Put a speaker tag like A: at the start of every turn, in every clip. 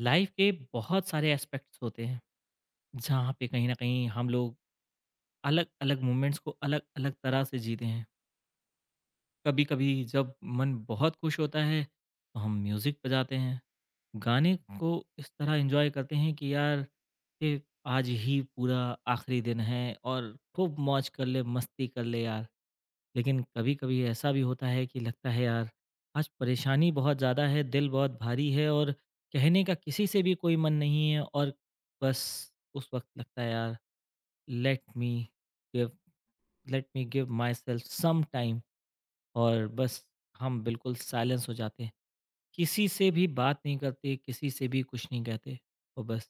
A: Life के बहुत सारे एस्पेक्ट्स होते हैं जहाँ पे कहीं ना कहीं हम लोग अलग अलग मोमेंट्स को अलग अलग तरह से जीते हैं। कभी कभी जब मन बहुत खुश होता है तो हम म्यूज़िक बजाते हैं, गाने को इस तरह एंजॉय करते हैं कि यार ये आज ही पूरा आखिरी दिन है और खूब मौज कर ले मस्ती कर ले यार। लेकिन कभी-कभी ऐसा भी होता है कि लगता है यार, आज परेशानी बहुत ज़्यादा है, दिल बहुत भारी है और कहने का किसी से भी कोई मन नहीं है और बस उस वक़्त लगता है यार, let me give let me give myself some time. और बस हम बिल्कुल साइलेंस हो जाते हैं। किसी से भी बात नहीं करते, किसी से भी कुछ नहीं कहते और बस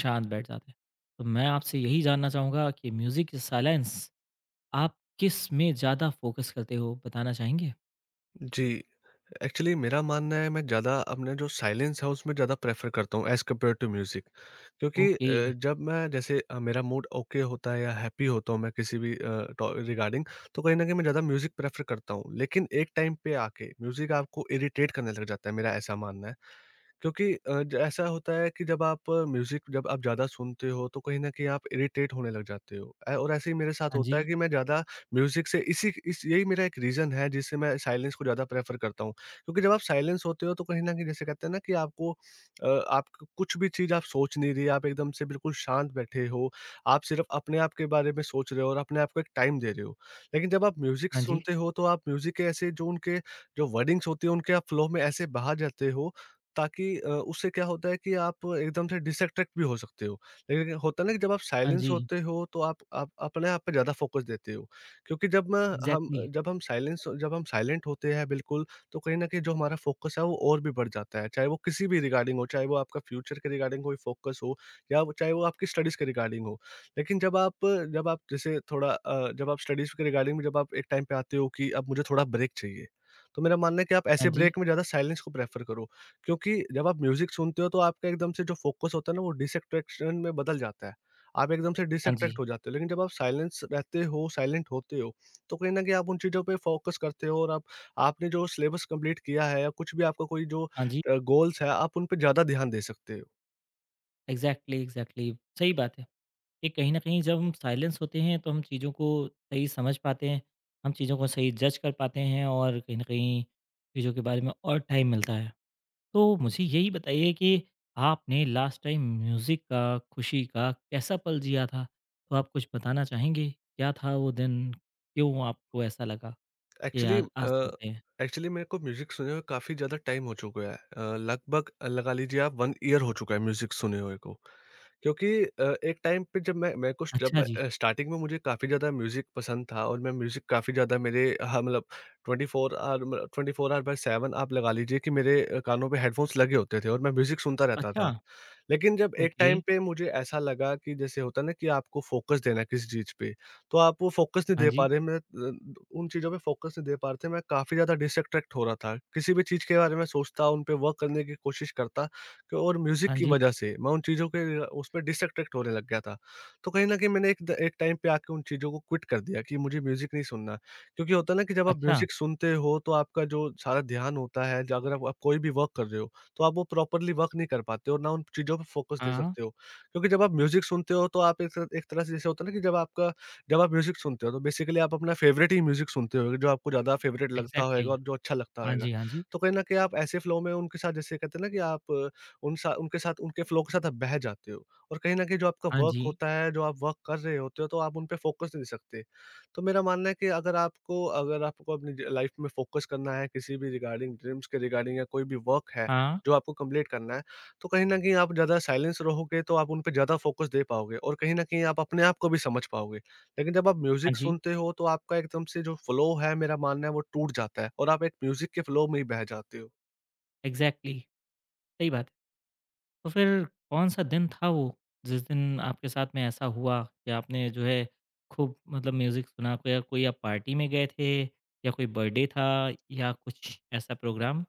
A: शांत बैठ जाते हैं। तो मैं आपसे यही जानना चाहूँगा कि म्यूज़िक साइलेंस, आप किस में ज़्यादा फ़ोकस करते हो, बताना चाहेंगे?
B: जी, एक्चुअली मेरा मानना है मैं ज़्यादा अपने जो साइलेंस है उसमें ज़्यादा प्रेफ़र करता हूँ एज़ कम्पेयर टू म्यूज़िक। क्योंकि
A: ओके।
B: जब मैं जैसे मेरा मूड ओके होता है या हैप्पी होता हूँ मैं किसी भी टॉ रिगार्डिंग। तो कहीं न कहीं मैं ज़्यादा म्यूज़िक प्रेफ़र करता हूँ। लेकिन एक टाइम पे आके म्यूज़िक आपको इरिटेट करने लग जाता है, मेरा ऐसा मानना है। क्योंकि ज ऐसा होता है कि जब आप ज़्यादा सुनते हो, तो कहीं न कहीं आप इरिटेट होने लग जाते हो। ए और ऐसे ही मेरे साथ
A: हाँ
B: होता
A: जी,
B: है कि मैं ज़्यादा म्यूज़िक से इसी इस यही मेरा एक रीज़न है जिससे मैं साइलेंस को ज़्यादा प्रेफ़र करता हूँ। क्योंकि जब आप साइलेंस होते हो, तो कहीं न कहीं जैसे कहते हैं ना कि आपको आप क कुछ भी चीज़ आप सोच नहीं रही, आप एकदम से बिल्कुल शांत बैठे हो। आप सिर्फ़ अपने आप के बारे में सोच रहे हो और अपने आप को एक टाइम दे रहे हो। लेकिन जब आप म्यूज़िक
A: हाँ जी,
B: सुनते हो, तो आप म्यूज़िक के ऐसे जो वर्डिंग्स होती हैं, उनके आप फ़्लो में ऐसे बहा जाते हो, ताकि उससे क्या होता है कि आप एकदम से डिसट्रैक्ट भी हो सकते हो। लेकिन होता है ना कि जब आप
A: हाँ
B: साइलेंस
A: जी।
B: होते हो तो आप अपने आप पे ज़्यादा फोकस देते हो। क्योंकि जब मैं हम
A: एग्ज़ैक्टली।
B: जब हम साइलेंस जब हम साइलेंट होते हैं बिल्कुल, तो कहीं न कहीं जो हमारा फोकस है वो और भी बढ़ जाता है। चाहे वो किसी भी रिगार्डिंग हो, चाहे वो आपका फ्यूचर के रिगार्डिंग कोई फोकस हो या वो चाहे वो आपकी स्टडीज़ के रिगार्डिंग हो। लेकिन जब आप जैसे थोड़ा अ, जब आप स्टडीज़ के रिगार्डिंग में जब आप एक टाइम पे आते हो कि अब मुझे थोड़ा ब्रेक चाहिए, तो मेरा मानना है कि आप
A: हाँ
B: ऐसे
A: जी,
B: ब्रेक में ज़्यादा साइलेंस को प्रेफ़र करो। क्योंकि जब आप म्यूज़िक सुनते हो तो आपका एकदम से जो फ़ोकस होता है ना वो डिसट्रैक्शन में बदल जाता है। आप एकदम से
A: हाँ
B: डिसट्रैक्ट
A: जी,
B: हो जाते हो, लेकिन जब आप साइलेंस रहते हो, साइलेंट होते हो, तो कहीं न कहीं आप उन चीज़ों पे फ़ोकस करते हो, और आप आपने जो सिलेबस कंप्लीट किया है या कुछ भी आपका कोई जो
A: हाँ जी।
B: गोल्स है आप उन पे ज़्यादा ध्यान दे सकते हो।
A: एग्ज़ैक्टली, एग्ज़ैक्टली, सही बात है। ये कहीं न कहीं जब हम साइलेंस होते हैं तो हम चीज़ों को सही समझ पाते हैं, हम चीज़ों को सही जज कर पाते हैं और कहीं न कहीं चीज़ों के बारे में और टाइम मिलता है। तो मुझे यही बताइए कि आपने लास्ट टाइम म्यूज़िक का, खुशी का कैसा पल जिया था? तो आप कुछ बताना चाहेंगे? क्या था वो दिन? क्यों आपको ऐसा लगा कि
B: एक्चुअली
A: यार आज
B: अ,
A: सुनते हैं?
B: एक्चुअली मेरे को म्यूज़िक सुने हुए काफ़ी ज़्यादा टाइम हो चुका है। लगभग लगा लीजिए आप 1 ईयर हो चुका है म्यूज़िक सुने हुए को। क्योंकि एक टाइम पे जब
A: अच्छा
B: मैं
A: जी।
B: स्टार्टिंग में मुझे काफ़ी ज़्यादा म्यूज़िक पसंद था और मैं म्यूज़िक काफ़ी ज़्यादा मेरे हाँ, मतलब 24 आवर, मतलब 24 आवर बाय 7 आप लगा लीजिए कि मेरे कानों पे हेडफ़ोन्स लगे होते थे और मैं म्यूज़िक सुनता रहता
A: अच्छा।
B: था। लेकिन जब एक
A: ओके।
B: टाइम पे मुझे ऐसा लगा कि जैसे होता है ना कि आपको फ़ोकस देना है किसी चीज़ पे, तो आप वो फ़ोकस नहीं
A: हाँ
B: दे पा
A: जी,
B: रहे मैं उन चीज़ों पे फ़ोकस नहीं दे पा रहे थे, मैं काफ़ी ज़्यादा डिसअट्रैक्ट हो रहा था। किसी भी चीज़ के बारे में सोचता, उन पे वर्क करने की कोशिश करता, और म्यूज़िक
A: हाँ
B: की
A: जी।
B: वजह से मैं उन चीज़ों के उसमें डिसअट्रैक्ट होने लग गया था। तो कहीं न कहीं मैंने एक टाइम पे आके उन चीज़ों को क्विट कर दिया कि मुझे म्यूज़िक नहीं सुनना। क्योंकि होता है ना कि जब आप
A: अच्छा।
B: म्यूज़िक सुनते हो तो आपका जो सारा ध्यान होता है, ज अगर आप कोई भी वर्क कर रहे हो, तो आप वो प्रॉपर्ली वर्क नहीं कर पाते हो और ना उन चीज़ों पे फ़ोकस दे
A: हाँ।
B: सकते हो। क्योंकि जब आप म्यूज़िक सुनते हो तो आप एक तरह से जैसे होता है ना कि जब आप म्यूज़िक सुनते हो तो बेसिकली आप अपना फ़ेवरेट ही म्यूज़िक सुनते होगे जो आपको ज़्यादा फ़ेवरेट लगता
A: एग्ज़ैक्टली।
B: होएगा और जो अच्छा लगता
A: हाँ
B: होएगा।
A: जी, हाँ जी,
B: तो कहीं न कहीं आप ऐसे फ्लो में उनके साथ जैसे कहते हैं ना कि आप उन सा उनके साथ उनके फ्लो के साथ आप बह जाते हो, और कहीं न कहीं जो आपका
A: हाँ
B: वर्क
A: जी।
B: होता है, जो आप वर्क कर रहे होते हो तो आप उन पे फ़ोकस नहीं दे सकते। तो मेरा मानना है कि अगर आपको अपनी ज लाइफ़ में फ़ोकस करना है किसी भी रिगार्डिंग, ड्रीम्स के रिगार्डिंग, या कोई भी वर्क है
A: हाँ।
B: जो आपको कंप्लीट करना है, तो कहीं न कहीं आप ज़्यादा साइलेंस रहोगे तो आप उन पे ज़्यादा फ़ोकस दे पाओगे और कहीं न कहीं आप अपने आप को भी समझ पाओगे। लेकिन जब आप
A: हाँ
B: म्यूज़िक
A: जी।
B: सुनते हो तो आपका एकदम से जो फ्लो है मेरा मानना है वो टूट जाता है और आप एक म्यूज़िक के फ्लो में ही बह जाते हो।
A: एग्ज़ैक्टली, सही बात है। तो फिर कौन-सा दिन था वो, जिस दिन आपके साथ में ऐसा हुआ कि आपने जो है खूब मतलब म्यूज़िक सुना? कोई कोई आप पार्टी में गए थे या कोई बर्थडे था या कुछ ऐसा प्रोग्राम?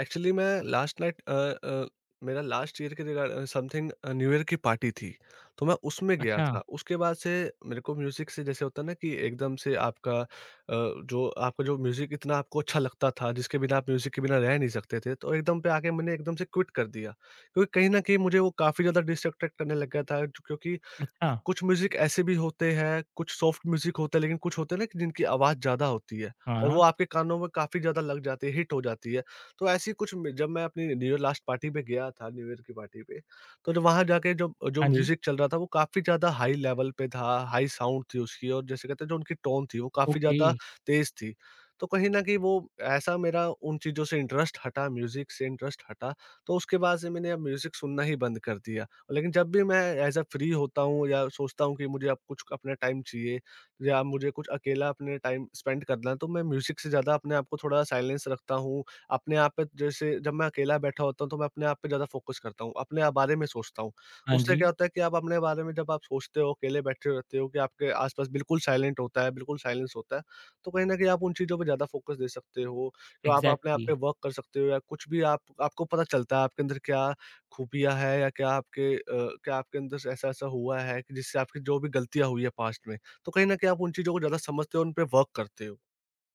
B: एक्चुअली मैं लास्ट नाइट अ, अ, मेरा लास्ट ईयर के रिगार्ड समथिंग न्यू ईयर की पार्टी थी, तो मैं उसमें गया
A: अच्छा।
B: था। उसके बाद से मेरे को म्यूजिक से जैसे होता है ना कि एकदम से आपका जो म्यूजिक इतना आपको अच्छा लगता था जिसके बिना आप म्यूजिक के बिना रह नहीं सकते थे, तो एकदम पे आके मैंने एकदम से क्विट कर दिया। क्योंकि कहीं ना कहीं मुझे वो काफी ज्यादा डिस्ट्रैक्ट करने लग गया था, क्योंकि
A: अच्छा।
B: कुछ म्यूजिक ऐसे भी होते हैं, कुछ सॉफ्ट म्यूजिक होता है, लेकिन कुछ होते हैं ना कि जिनकी आवाज ज्यादा होती है और
A: हाँ।
B: वो आपके कानों में काफी ज्यादा लग जाती है, हिट हो जाती है। तो ऐसी कुछ में जब मैं अपनी न्यू ईयर लास्ट पार्टी पे गया था, न्यू ईयर की पार्टी पे, तो जो वहाँ जाके जो जो
A: हाँ जी।
B: म्यूज़िक चल रहा था वो काफ़ी ज़्यादा हाई लेवल पे था, हाई साउंड थी उसकी, और जैसे कहते हैं जो उनकी टोन थी वो काफ़ी
A: ओके।
B: ज़्यादा तेज़ थी। तो कहीं न कहीं वो ऐसा, मेरा उन चीज़ों से इंटरेस्ट हटा, म्यूज़िक से इंटरेस्ट हटा, तो उसके बाद से मैंने अब म्यूज़िक सुनना ही बंद कर दिया। लेकिन जब भी मैं ऐज़ अ फ्री होता हूँ या सोचता हूँ कि मुझे अब कुछ अपना टाइम चाहिए या मुझे कुछ अकेला अपने टाइम स्पेंड करना है, तो मैं म्यूज़िक से ज़्यादा अपने आप को थोड़ा साइलेंस रखता हूँ। अपने आप पे जैसे जब मैं अकेला बैठा होता हूँ, तो मैं अपने आप पे ज़्यादा फ़ोकस करता हूँ, अपने आप बारे में सोचता हूँ।
A: हाँ
B: उससे
A: जी।
B: क्या होता है कि आप अपने बारे में जब आप सोचते हो, अकेले बैठे रहते हो कि आपके आस-पास बिल्कुल साइलेंट होता है, बिल्कुल साइलेंस होता है, तो कहीं न कहीं आप उन चीज़ों पे ज़्यादा फ़ोकस दे सकते हो। तो आप अपने आप
A: एग्ज़ैक्टली।
B: पे वर्क कर सकते हो या कुछ भी आप आपको पता चलता है आपके अंदर क्या खूबियाँ है, या क्या आपके अंदर ऐसा-ऐसा हुआ है कि जिससे आपकी जो भी गलतियाँ हुई है पास्ट में, तो कहीं न कहीं आप उन चीज़ों को ज़्यादा समझते हो, उन पे वर्क करते हो।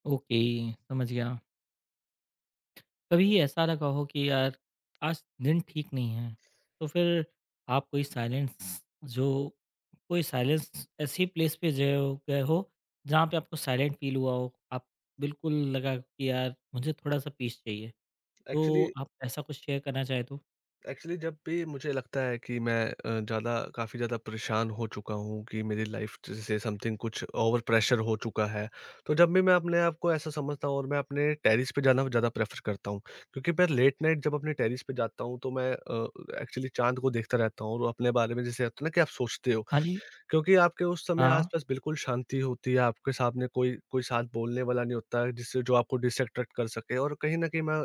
A: ओके, समझ गया। कभी ऐसा लगा हो कि यार आज दिन ठीक नहीं है, तो फिर आप जो कोई साइलेंस ऐसी प्लेस पे गए हो जहाँ पे आपको साइलेंट फील हुआ हो, आप बिल्कुल लगा कि यार मुझे थोड़ा सा पीस चाहिए,
B: एक्चुअली
A: तो आप ऐसा कुछ शेयर करना चाहे तो?
B: एक्चुअली जब भी मुझे लगता है कि मैं ज़्यादा काफ़ी ज़्यादा परेशान हो चुका हूँ कि मेरी लाइफ से समथिंग कुछ ओवर प्रेशर हो चुका है, तो जब भी मैं अपने आप को ऐसा समझता हूँ और मैं अपने टेरिस पे जाना ज़्यादा प्रेफर करता हूँ। क्योंकि मैं लेट नाइट जब अपने टेरिस पे जाता हूँ तो मैं एक्चुअली चांद को देखता रहता हूँ और अपने बारे में जैसे होता है ना कि आप सोचते हो।
A: हाँ जी।
B: क्योंकि आपके उस समय
A: हाँ।
B: आस-पास बिल्कुल शांति होती है, आपके सामने कोई कोई साथ बोलने वाला नहीं होता है, जिससे जो आपको डिसअट्रैक्ट कर सके, और कहीं न कहीं मैं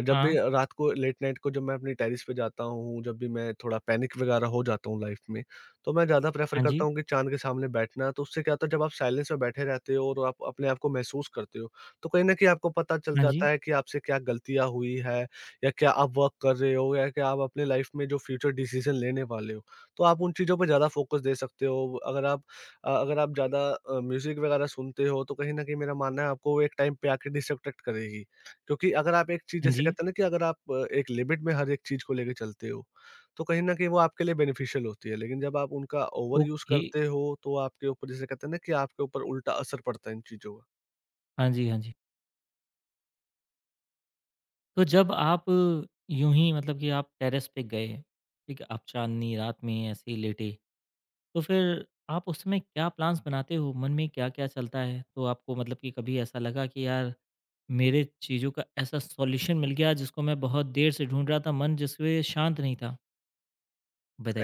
B: जब भी
A: हाँ।
B: रात को, लेट नाइट को, जब मैं अपनी टेरेस पे जाता हूँ, जब भी मैं थोड़ा पैनिक वगैरह हो जाता हूँ लाइफ़ में, तो मैं ज़्यादा प्रेफ़र
A: हाँ
B: करता
A: जी।
B: हूँ कि चाँद के सामने बैठना। तो उससे क्या होता है, जब आप साइलेंस में बैठे रहते हो और आप अपने आप को महसूस करते हो, तो कहीं न कहीं आपको पता चल
A: हाँ जी।
B: जाता है कि आपसे क्या गलतियाँ हुई है या क्या आप वर्क कर रहे हो या क्या आप अपने लाइफ़ में जो फ्यूचर डिसीज़न लेने वाले हो। तो आप उन चीज़ों पे ज़्यादा फ़ोकस दे सकते हो। अगर आप ज़्यादा म्यूज़िक वगैरह सुनते हो तो कहीं न कहीं मेरा मानना है आपको वो एक टाइम पे आके डिसअट्रैक्ट करेगी। क्योंकि अगर आप एक चीज़
A: हाँ
B: जैसे
A: जी।
B: कहते हैं ना कि अगर आप एक लिमिट में हर एक चीज़ को लेके चलते हो, तो कहीं न कहीं वो आपके लिए बेनिफिशियल होती है। लेकिन जब आप उनका ओवर यूज़
A: ओके।
B: करते हो तो आपके ऊपर जैसे कहते हैं ना कि आपके ऊपर उल्टा असर पड़ता है इन चीज़ों का।
A: हाँ जी। हाँ जी। तो जब आप यूं ही मतलब कि आप टेरेस पे गए, ठीक है, आप चांदनी रात में ऐसे ही लेटे, तो फिर आप उस समय क्या प्लान्स बनाते हो? मन में क्या-क्या चलता है? तो आपको मतलब कि कभी ऐसा लगा कि यार मेरे चीज़ों का ऐसा सॉल्यूशन मिल गया जिसको मैं बहुत देर से ढूँढ रहा था, मन जिसमें शांत नहीं था?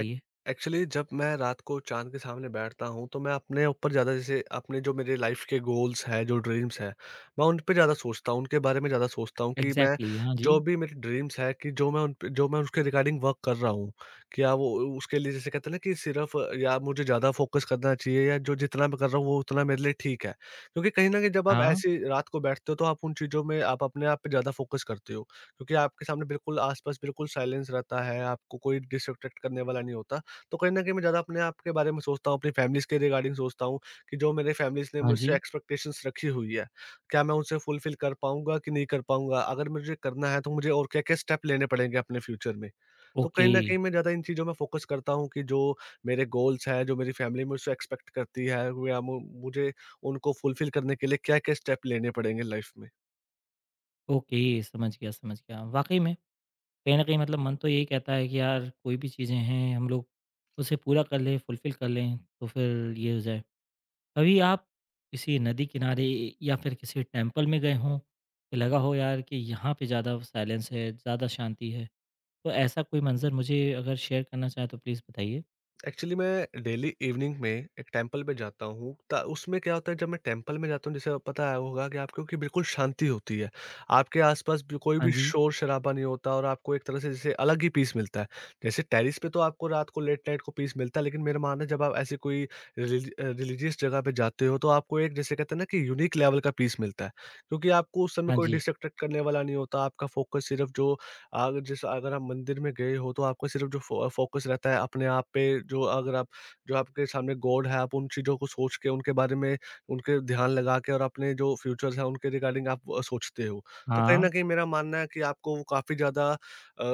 B: एक्च- एक्चुअली जब मैं रात को चांद के सामने बैठता हूँ तो मैं अपने ऊपर ज़्यादा, जैसे अपने जो मेरे लाइफ के गोल्स हैं, जो ड्रीम्स हैं, मैं उन पे ज़्यादा सोचता हूँ, उनके बारे में ज़्यादा सोचता हूँ कि मैं
A: एग्ज़ैक्टली, हाँ जी।
B: जो भी मेरे ड्रीम्स है, कि जो मैं उन पे जो मैं उसके रिगार्डिंग वर्क कर रहा हूँ, क्या वो उसके लिए जैसे कहते हैं ना कि सिर्फ या मुझे ज़्यादा फोकस करना चाहिए, या जो जितना मैं कर रहा हूँ वो उतना मेरे लिए ठीक है। क्योंकि कहीं ना कहीं जब आप
A: हाँ,
B: ऐसी रात को बैठते हो, तो आप उन चीज़ों में आप अपने आप पे ज़्यादा फोकस करते हो, क्योंकि आपके सामने बिल्कुल आसपास बिल्कुल साइलेंस रहता है, आपको कोई डिस्ट्रैक्ट करने वाला नहीं होता। तो कहीं न कहीं मैं ज़्यादा अपने आप के बारे में सोचता हूँ, अपनी फैमिलीज़ के रिगार्डिंग सोचता हूँ कि जो मेरे फैमिलीज़ ने
A: हाँ
B: मुझसे
A: जी।
B: एक्सपेक्टेशंस रखी हुई है, क्या मैं उनसे फुलफ़िल कर पाऊँगा कि नहीं कर पाऊँगा? अगर मुझे करना है तो मुझे और क्या-क्या स्टेप लेने पड़ेंगे अपने फ्यूचर में? तो
A: ओके।
B: कहीं न कहीं मैं ज़्यादा इन चीज़ों में फ़ोकस करता हूँ कि जो मेरे गोल्स हैं, जो मेरी फैमिली मुझसे एक्सपेक्ट करती है, या मु मुझे उनको फुलफ़िल करने के लिए क्या-क्या स्टेप लेने पड़ेंगे लाइफ़ में।
A: ओके, समझ गया, समझ गया। वाक़ई में कहीं न कहीं मतलब मन तो यही कहता है कि यार कोई भी चीज़ें हैं हम लोग उसे पूरा कर लें, फुलफ़िल कर लें, तो फिर ये हो जाए। कभी आप किसी नदी किनारे या फिर किसी टेम्पल में गए हों कि लगा हो यार कि यहाँ पे ज़्यादा साइलेंस है, ज़्यादा शांति है। तो ऐसा कोई मंज़र मुझे अगर शेयर करना चाहें तो प्लीज़ बताइए?
B: एक्चुअली मैं डेली इवनिंग में एक टेंपल में जाता हूँ। उसमें क्या होता है, जब मैं टेंपल में जाता हूँ, जैसे पता है होगा कि आपको, कि बिल्कुल शांति होती है, आपके आसपास भी कोई
A: हाँ
B: भी
A: जी।
B: शोर शराबा नहीं होता और आपको एक तरह से जैसे अलग ही पीस मिलता है। जैसे टेरिस पे तो आपको रात को लेट नाइट को पीस मिलता है, लेकिन मेरा मानना है जब आप ऐसी कोई रिलीजियस जगह पे जाते हो, तो आपको एक जैसे कहते हैं ना कि यूनिक लेवल का पीस मिलता है। क्योंकि आपको उस समय
A: हाँ
B: कोई
A: जी।
B: डिस्ट्रक्ट करने वाला नहीं होता, आपका फोकस सिर्फ जो, अगर जैसे अगर आप मंदिर में गए हो, तो आपका सिर्फ़ जो फ़ोकस रहता है अपने आप पे, जो अगर आप जो आपके सामने गॉड है, आप उन चीज़ों को सोच के उनके बारे में, उनके ध्यान लगा के और अपने जो फ्यूचर्स हैं उनके रिगार्डिंग आप सोचते हो। तो कहीं
A: हाँ।
B: न कहीं मेरा मानना है कि आपको वो काफ़ी ज़्यादा, अ,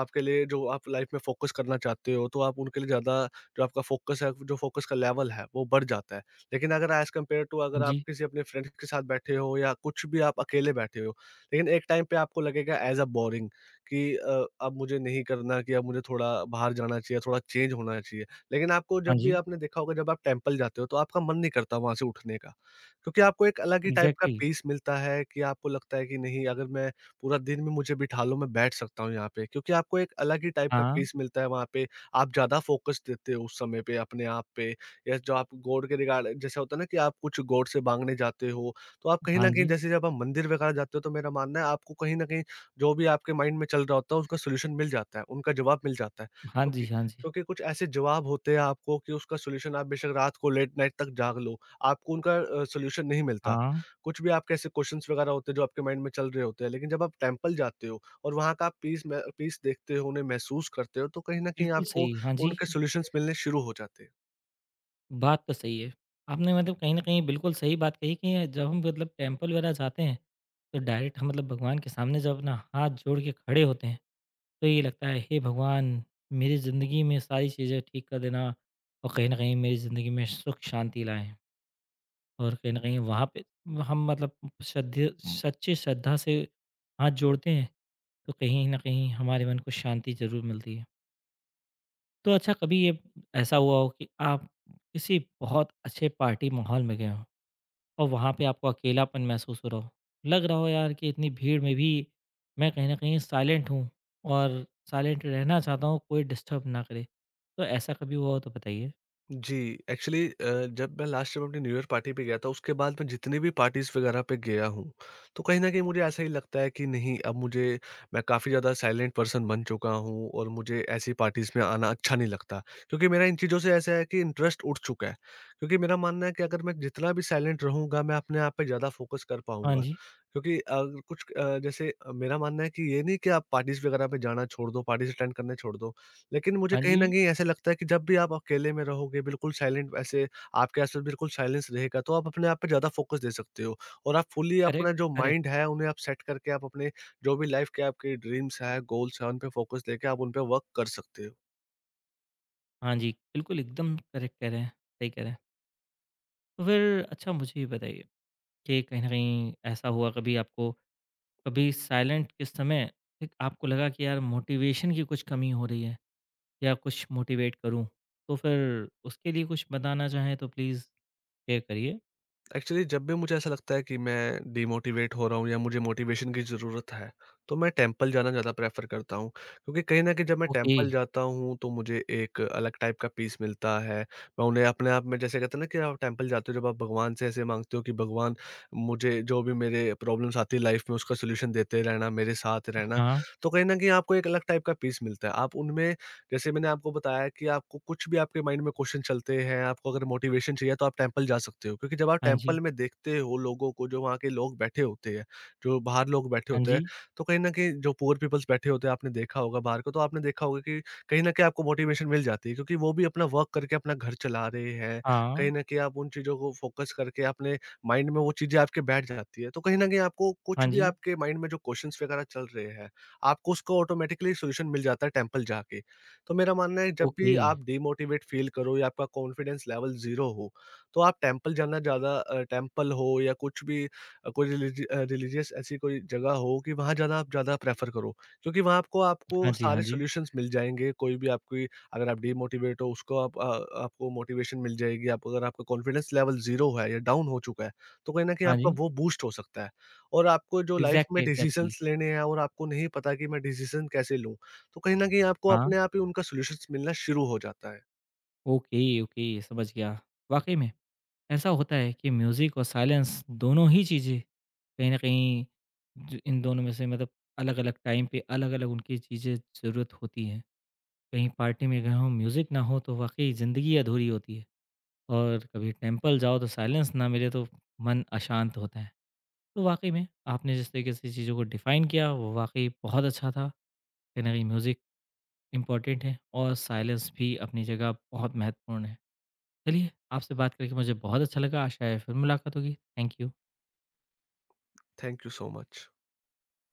B: आपके लिए जो आप लाइफ़ में फ़ोकस करना चाहते हो, तो आप उनके लिए ज़्यादा, जो आपका फ़ोकस है, जो फ़ोकस का लेवल है, वो बढ़ जाता है। लेकिन अगर एज़ कम्पेयर टू,
A: हाँ
B: अगर आप
A: जी।
B: किसी अपने फ्रेंड्स के साथ बैठे हो या कुछ भी आप अकेले बैठे हो, लेकिन एक टाइम पे आपको लगेगा एज़ अ बोरिंग। कि अब मुझे नहीं करना, कि अब मुझे थोड़ा बाहर जाना चाहिए, थोड़ा चेंज होना चाहिए। लेकिन आपको
A: हाँ
B: जब भी
A: जी।
B: आपने देखा होगा, जब आप टेम्पल जाते हो तो आपका मन नहीं करता वहाँ से उठने का। क्योंकि आपको एक अलग ही टाइप का
A: एग्ज़ैक्टली।
B: पीस मिलता है कि आपको लगता है कि नहीं, अगर मैं पूरा दिन भी मुझे बिठा लो, मैं बैठ सकता हूँ यहाँ पे। क्योंकि आपको एक अलग ही टाइप का
A: हाँ,
B: पीस मिलता है वहाँ पे। आप ज़्यादा फ़ोकस देते हो उस समय पे अपने आप पे, या जो आप गॉड के रिगार्ड जैसे होता है ना, कि आप कुछ गॉड से माँगने जाते हो, तो आप कहीं
A: हाँ
B: न कहीं
A: जी।
B: जैसे, जब आप मंदिर वगैरह जाते हो, तो मेरा मानना है आपको कहीं न कहीं जो भी आपके माइंड में चल रहा होता है उसका सॉल्यूशन मिल जाता है, उनका जवाब मिल जाता है।
A: हाँ जी,
B: क्योंकि
A: हाँ जी।
B: क्योंकि कुछ ऐसे जवाब होते हैं आपको कि उसका सॉल्यूशन आप बेशक रात को लेट नाइट तक जाग लो, आपको उनका सॉल्यूशन नहीं मिलता।
A: हाँ।
B: कुछ भी आपके ऐसे क्वेश्चंस वगैरह होते हैं जो आपके माइंड में चल रहे होते हैं, लेकिन जब आप टेंपल जाते हो और वहाँ का आप पीस में पीस देखते हो, उन्हें महसूस करते हो, तो कहीं न कहीं
A: बिल्कुल
B: आपको
A: सही, हाँ जी।
B: उनके सॉल्यूशंस मिलने शुरू हो जाते हैं।
A: बात तो सही है। आपने मतलब कहीं न कहीं बिल्कुल सही बात कही कि जब हम मतलब टेम्पल वगैरह जाते हैं, तो डायरेक्ट हम मतलब भगवान के सामने जब अपना हाथ जोड़ के खड़े होते हैं तो ये लगता है हे भगवान! मेरी ज़िंदगी में सारी चीज़ें ठीक कर देना और कहीं न कहीं मेरी ज़िंदगी में सुख शांति लाएँ। और कहीं न कहीं वहाँ पे हम मतलब श्रद्धे सच्ची श्रद्धा से हाथ जोड़ते हैं, तो कहीं न कहीं हमारे मन को शांति ज़रूर मिलती है। तो अच्छा, कभी ये ऐसा हुआ हो कि आप किसी बहुत अच्छे पार्टी माहौल में गए हों? और वहाँ पे आपको अकेलापन महसूस हो रहा हो। लग रहा हो यार कि इतनी भीड़ में भी मैं कहीं न कहीं साइलेंट हूँ और साइलेंट रहना चाहता हूँ, कोई डिस्टर्ब ना करे। तो ऐसा कभी हुआ हो तो बताइए?
B: जी, एक्चुअली जब मैं लास्ट टाइम अपनी न्यू ईयर पार्टी पे गया था, उसके बाद मैं जितनी भी पार्टीज़ वगैरह पे गया हूँ, तो कहीं न कहीं मुझे ऐसा ही लगता है कि नहीं, अब मुझे मैं काफ़ी ज़्यादा साइलेंट पर्सन बन चुका हूँ और मुझे ऐसी पार्टीज़ में आना अच्छा नहीं लगता। क्योंकि मेरा इन चीज़ों से ऐसा है कि इंटरेस्ट उठ चुका है, क्योंकि मेरा मानना है कि अगर मैं जितना भी साइलेंट रहूँगा, मैं अपने आप पे ज़्यादा फ़ोकस कर
A: हाँ
B: पाऊँगा।
A: जी।
B: क्योंकि कुछ जैसे, मेरा मानना है कि ये नहीं कि आप पार्टीज़ वगैरह पे जाना छोड़ दो, पार्टीज़ अटेंड करने छोड़ दो। लेकिन मुझे
A: हाँ
B: कहीं न
A: जी,
B: कहीं ऐसा लगता है कि जब भी आप अकेले में रहोगे, बिल्कुल साइलेंट ऐसे आपके आस-पास बिल्कुल साइलेंस रहेगा, तो आप अपने आप पे ज़्यादा फ़ोकस दे सकते हो, और आप फुली
A: करेक्ट,
B: अपना जो माइंड
A: करेक्ट।
B: है, उन्हें आप सेट करके, आप अपने जो भी लाइफ़ के आपके ड्रीम्स हैं, गोल्स हैं, उन पे फ़ोकस देके आप उन पे वर्क कर सकते हो।
A: हाँ जी, बिल्कुल एकदम करेक्ट कह रहे हैं, सही कह रहे हैं। तो फिर अच्छा मुझे ये बताइए कि कहीं न कहीं ऐसा हुआ कभी आपको कभी साइलेंट के समय, एक आपको लगा कि यार मोटिवेशन की कुछ कमी हो रही है या कुछ मोटिवेट करूँ? तो फिर उसके लिए कुछ बताना चाहें तो प्लीज़? शेयर करिए।
B: एक्चुअली जब भी मुझे ऐसा लगता है कि मैं डिमोटिवेट हो रहा हूँ या मुझे मोटिवेशन की ज़रूरत है, तो मैं टेंपल जाना ज़्यादा प्रेफ़र करता हूँ। क्योंकि कहीं न कहीं जब मैं
A: ओके।
B: टेंपल जाता हूँ, तो मुझे एक अलग टाइप का पीस मिलता है। मैं उन्हें अपने आप में जैसे कहते हैं ना, कि आप टेंपल जाते हो, जब आप भगवान से ऐसे माँगते हो कि भगवान, मुझे जो भी मेरे प्रॉब्लम्स आती है लाइफ़ में उसका सॉल्यूशन देते रहना, मेरे साथ रहना।
A: हाँ,
B: तो कहीं न कहीं आपको एक अलग टाइप का पीस मिलता है। आप उनमें, जैसे मैंने आपको बताया कि आपको कुछ भी आपके माइंड में क्वेश्चन चलते हैं, आपको अगर मोटिवेशन चाहिए तो आप टेंपल जा सकते हो। क्योंकि जब आप
A: हाँ जी,
B: टेंपल में देखते हो लोगों को, जो वहाँ के लोग बैठे होते हैं, जो बाहर लोग बैठे
A: हाँ
B: होते हैं,
A: जी।
B: तो कहीं न कहीं जो पुअर पीपल्स बैठे होते हैं आपने देखा होगा बाहर को, तो आपने देखा होगा कि कहीं न कहीं आपको मोटिवेशन मिल जाती है, क्योंकि वो भी अपना वर्क करके अपना घर चला रहे हैं।
A: हाँ,
B: कहीं न कहीं आप उन चीज़ों को फोकस करके अपने माइंड में वो चीज़ें आपके बैठ जाती है। तो कहीं न कहीं आपको
A: हाँ
B: कुछ भी
A: जी।
B: आपके माइंड में जो क्वेश्चन्स वगैरह चल रहे हैं, आपको उसको ऑटोमेटिकली सॉल्यूशन मिल जाता है टेंपल जाके। तो मेरा मानना है, जब
A: ओके।
B: भी आप डिमोटिवेट फ़ील करो या आपका कॉन्फिडेंस लेवल ज़ीरो हो, तो आप टेम्पल जाना ज़्यादा, टेम्पल हो या कुछ भी, कोई रिलीजियस ऐसी कोई जगह हो, कि वहाँ जाना आप ज़्यादा प्रेफ़र करो। क्योंकि वहाँ आपको
A: हाँ
B: आपको
A: जी, हाँ
B: सारे
A: जी,
B: सॉल्यूशंस मिल जाएँगे, कोई भी आपकी, अगर आप डिमोटिवेट हो उसको आप, आपको मोटिवेशन मिल जाएगी। आप अगर आपका कॉन्फिडेंस लेवल ज़ीरो है या डाउन हो चुका है, तो कहीं न कहीं
A: हाँ
B: आपका
A: जी।
B: वो बूस्ट हो सकता है। और आपको जो लाइफ़
A: एग्ज़ैक्टली,
B: में
A: एग्ज़ैक्टली।
B: डिसीज़न्स लेने हैं और आपको नहीं पता कि मैं डिसीज़न कैसे लूँ? तो कहीं न कहीं आपको
A: हाँ।
B: अपने आप ही उनका सॉल्यूशंस मिलना शुरू हो जाता है।
A: ओके, ओके, समझ गया। वाक़ई में ऐसा होता है कि म्यूज़िक और साइलेंस दोनों ही चीज़ें कहीं न कहीं, ज इन दोनों में से मतलब अलग-अलग टाइम पे अलग-अलग उनकी चीज़ें ज़रूरत होती हैं। कहीं पार्टी में गए हों, म्यूज़िक ना हो तो वाक़ई ज़िंदगी अधूरी होती है। और कभी टेम्पल जाओ तो साइलेंस ना मिले तो मन अशांत होता है। तो वाक़ई में आपने जिस तरीके से चीज़ों को डिफ़ाइन किया वो वाक़ई बहुत अच्छा था। कहीं न कहीं म्यूज़िक इम्पोर्टेंट है और साइलेंस भी अपनी जगह बहुत महत्वपूर्ण है। चलिए आपसे बात करके मुझे बहुत अच्छा लगा, आशा है फिर मुलाकात होगी। Thank you.
B: Thank you so much.